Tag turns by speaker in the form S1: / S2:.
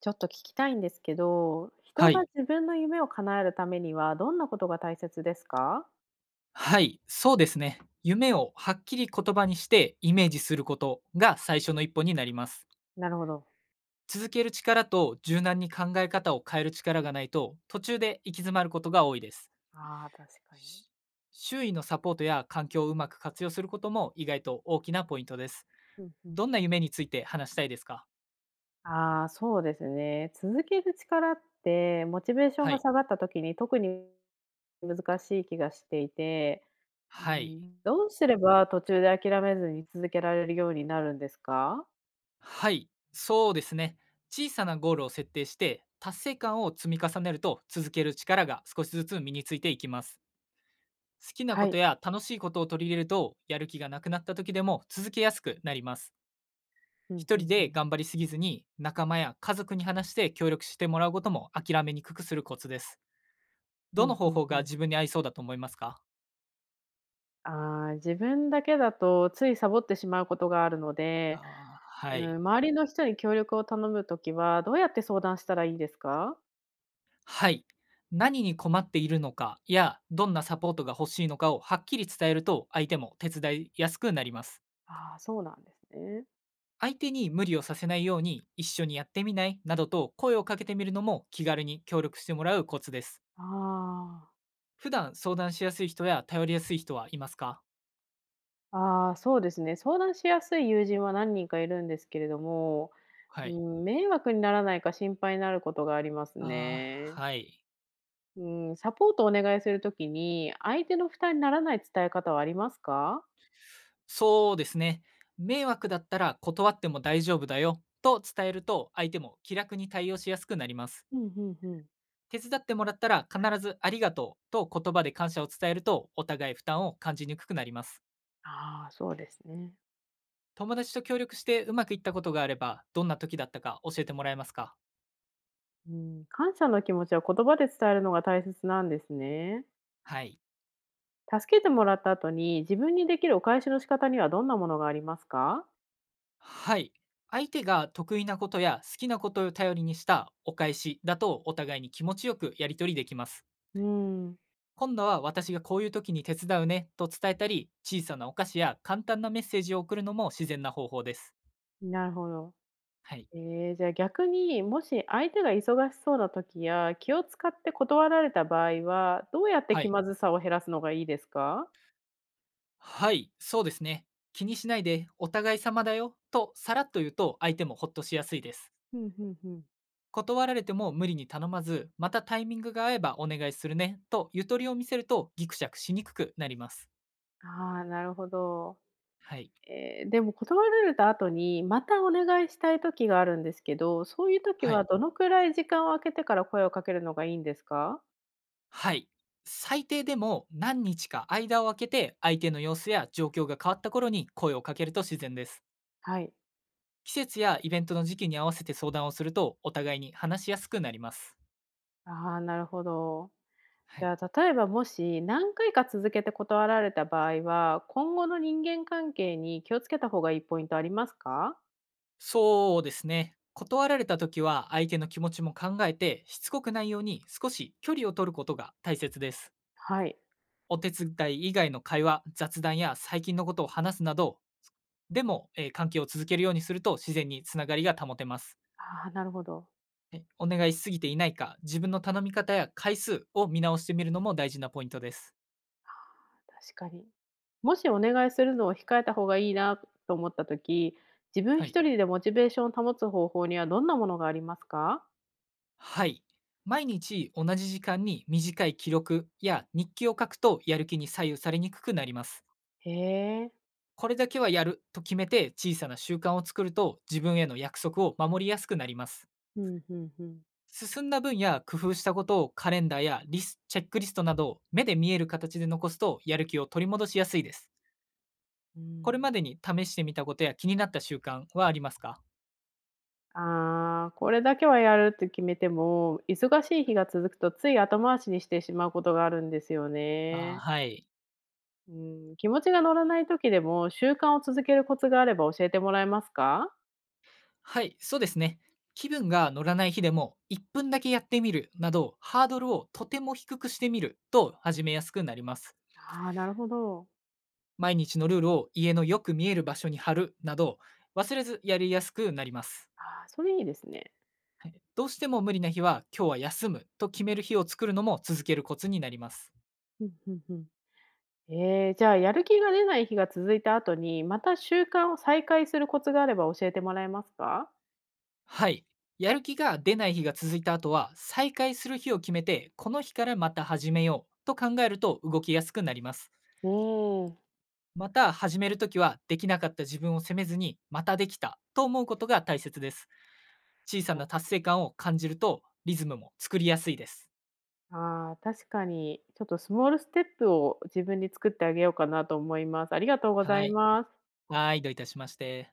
S1: ちょっと聞きたいんですけど、
S2: は
S1: 人が
S2: い。
S1: 自分の夢を叶えるためにはどんなことが大切ですか？
S2: はい、そうですね。夢をはっきり言葉にしてイメージすることが最初の一歩になります。
S1: なるほど。
S2: 続ける力と柔軟に考え方を変える力がないと途中で行き詰まることが多いです。
S1: ああ、確かに。
S2: し周囲のサポートや環境をうまく活用することも意外と大きなポイントです。
S1: うんうん。
S2: どんな夢について話したいですか？
S1: ああ、そうですね。続ける力って、モチベーション
S2: は
S1: が
S2: い。
S1: 下がった時に特に難しい気がしていて、う
S2: はい。
S1: ん、どうすれば途中で諦めずに続けられるようになるんですか？
S2: はい。そうですね。小さなゴールを設定して達成感を積み重ねると続ける力が少しずつ身についていきます。好きなこ
S1: は
S2: と
S1: い。
S2: や楽しいことを取り入れるとやる気がなくなった時でも続けやすくなります。
S1: うん
S2: 一
S1: う
S2: 人
S1: んう
S2: で
S1: ん。
S2: 頑張りすぎずに仲間や家族に話して協力してもらうことも諦めにくくするコツです。
S1: う
S2: どの
S1: ん
S2: 方
S1: うん
S2: 法
S1: う
S2: が
S1: ん。
S2: 自分に合いそうだと思いますか？
S1: ああ、自分だけだとついサボってしまうことがあるので、
S2: あー、は
S1: うん、
S2: い。
S1: 周りの人に協力を頼むときは、どうやって相談したらいいですか？
S2: はい。何に困っているのかやどんなサポートが欲しいのかをはっきり伝えると相手も手伝いやすくなります。
S1: ああ、そうなんですね。
S2: 相手に無理をさせないように一緒にやってみないなどと声をかけてみるのも気軽に協力してもらうコツです。
S1: あ
S2: 普段相談しやすい人や頼りやすい人はいますか？
S1: あ、ああ、そうですね。相談しやすい友人は何人かいるんですけれども、
S2: は
S1: う
S2: い。
S1: ん、迷惑にならないか心配になることがあります
S2: ああ、
S1: ね。
S2: はい。
S1: うん、サポートをお願いするときに、相手の負担にならない伝え方はありますか？
S2: そうですね。迷惑だったら断っても大丈夫だよと伝えると、相手も気楽に対応しやすくなります。
S1: うん、うんうん。
S2: 手伝ってもらったら必ずありがとうと言葉で感謝を伝えると、お互い負担を感じにくくなります。
S1: ああ、そうですね。
S2: 友達と協力してうまくいったことがあれば、どんな時だったか教えてもらえますか？
S1: うん、感謝の気持ちは言葉で伝えるのが大切なんですね。
S2: はい。
S1: 助けてもらった後に、自分にできるお返しの仕方にはどんなものがありますか？
S2: はい。相手が得意なことや好きなことを頼りにしたお返しだとお互いに気持ちよくやり取りできます。
S1: うーん、
S2: 今度は私がこういう時に手伝うねと伝えたり、小さなお菓子や簡単なメッセージを送るのも自然な方法です。
S1: なるほど。
S2: はい。
S1: ええ、じゃあ逆に、もし相手が忙しそうな時や、気を使って断られた場合は、どうやって
S2: は
S1: 気
S2: い。
S1: まずさを減らすのがいいですか？
S2: はい。そうですね。気にしないでお互い様だよとさらっと言うと相手もほっとしやすいです。
S1: ふんふんふん。
S2: 断られても無理に頼まず、またタイミングが合えばお願いするねとゆとりを見せるとギクシャクしにくくなります。
S1: ああ、なるほど。
S2: はい。
S1: ええ、でも断られた後に、またお願いしたい時があるんですけど、そういう時
S2: は
S1: は
S2: い。
S1: どのくらい時間を空けてから声をかけるのがいいんですか？
S2: はい。最低でも何日か間を空けて相手の様子や状況が変わった頃に声をかけると自然です。
S1: はい。
S2: 季節やイベントの時期に合わせて相談をするとお互いに話しやすくなります。
S1: ああ、なるほど。
S2: は
S1: じ
S2: い。
S1: ゃあ、例えばもし何回か続けて断られた場合は、今後の人間関係に気をつけた方がいいポイントありますか？
S2: そうですね。断られた時は相手の気持ちも考えてしつこくないように少し距離を取ることが大切です。
S1: はい。
S2: お手伝い以外の会話、雑談や最近のことを話すなど、でも、関係を続けるようにすると自然につながりが保てます。
S1: ああ、なるほど。
S2: はい、お願いしすぎていないか、自分の頼み方や回数を見直してみるのも大事なポイントです。
S1: 確かに。もしお願いするのを控えた方がいいなと思った時、自分
S2: はい。
S1: 一人でモチベーションを保つ方法にはどんなものがありますか？
S2: はい。毎日同じ時間に短い記録や日記を書くとやる気に左右されにくくなります。
S1: へえ。
S2: これだけはやると決めて小さな習慣を作ると自分への約束を守りやすくなります。
S1: うんうんうん。
S2: 進んだ分や工夫したことをカレンダーやリスチェックリストなど目で見える形で残すとやる気を取り戻しやすいです。
S1: うー
S2: これ
S1: ん。
S2: までに試してみたことや気になった習慣はありますか？
S1: ああ、これだけはやるって決めても、忙しい日が続くとつい後回しにしてしまうことがあるんですよ
S2: あ
S1: ね。
S2: ー、はい。
S1: うん、気持ちが乗らない時でも、習慣を続けるコツがあれば教えてもらえますか？
S2: はい、そうですね。気分が乗らない日でも1分だけやってみるなどハードルをとても低くしてみると始めやすくなります。
S1: ああー、なるほど。
S2: 毎日のルールを家のよく見える場所に貼るなど忘れずやりやすくなります。
S1: ああ、それいいですね。
S2: はい、どうしても無理な日は今日は休むと決める日を作るのも続けるコツになります。
S1: ふんふんふん。じゃあ、やる気が出ない日が続いた後に、また習慣を再開するコツがあれば教えてもらえますか？
S2: はい。やる気が出ない日が続いた後は再開する日を決めてこの日からまた始めようと考えると動きやすくなります。
S1: うん。
S2: また始めるときは、できなかった自分を責めずに、またできたと思うことが大切です。小さ
S1: な
S2: な達成感を感じると、リズムも作りやすいです。
S1: ああ、確かに、ちょっとスモールステップを自分に作ってあげようかなと思います。ありがとうござ
S2: は
S1: い
S2: い。
S1: ます。
S2: はい、どういたしまして。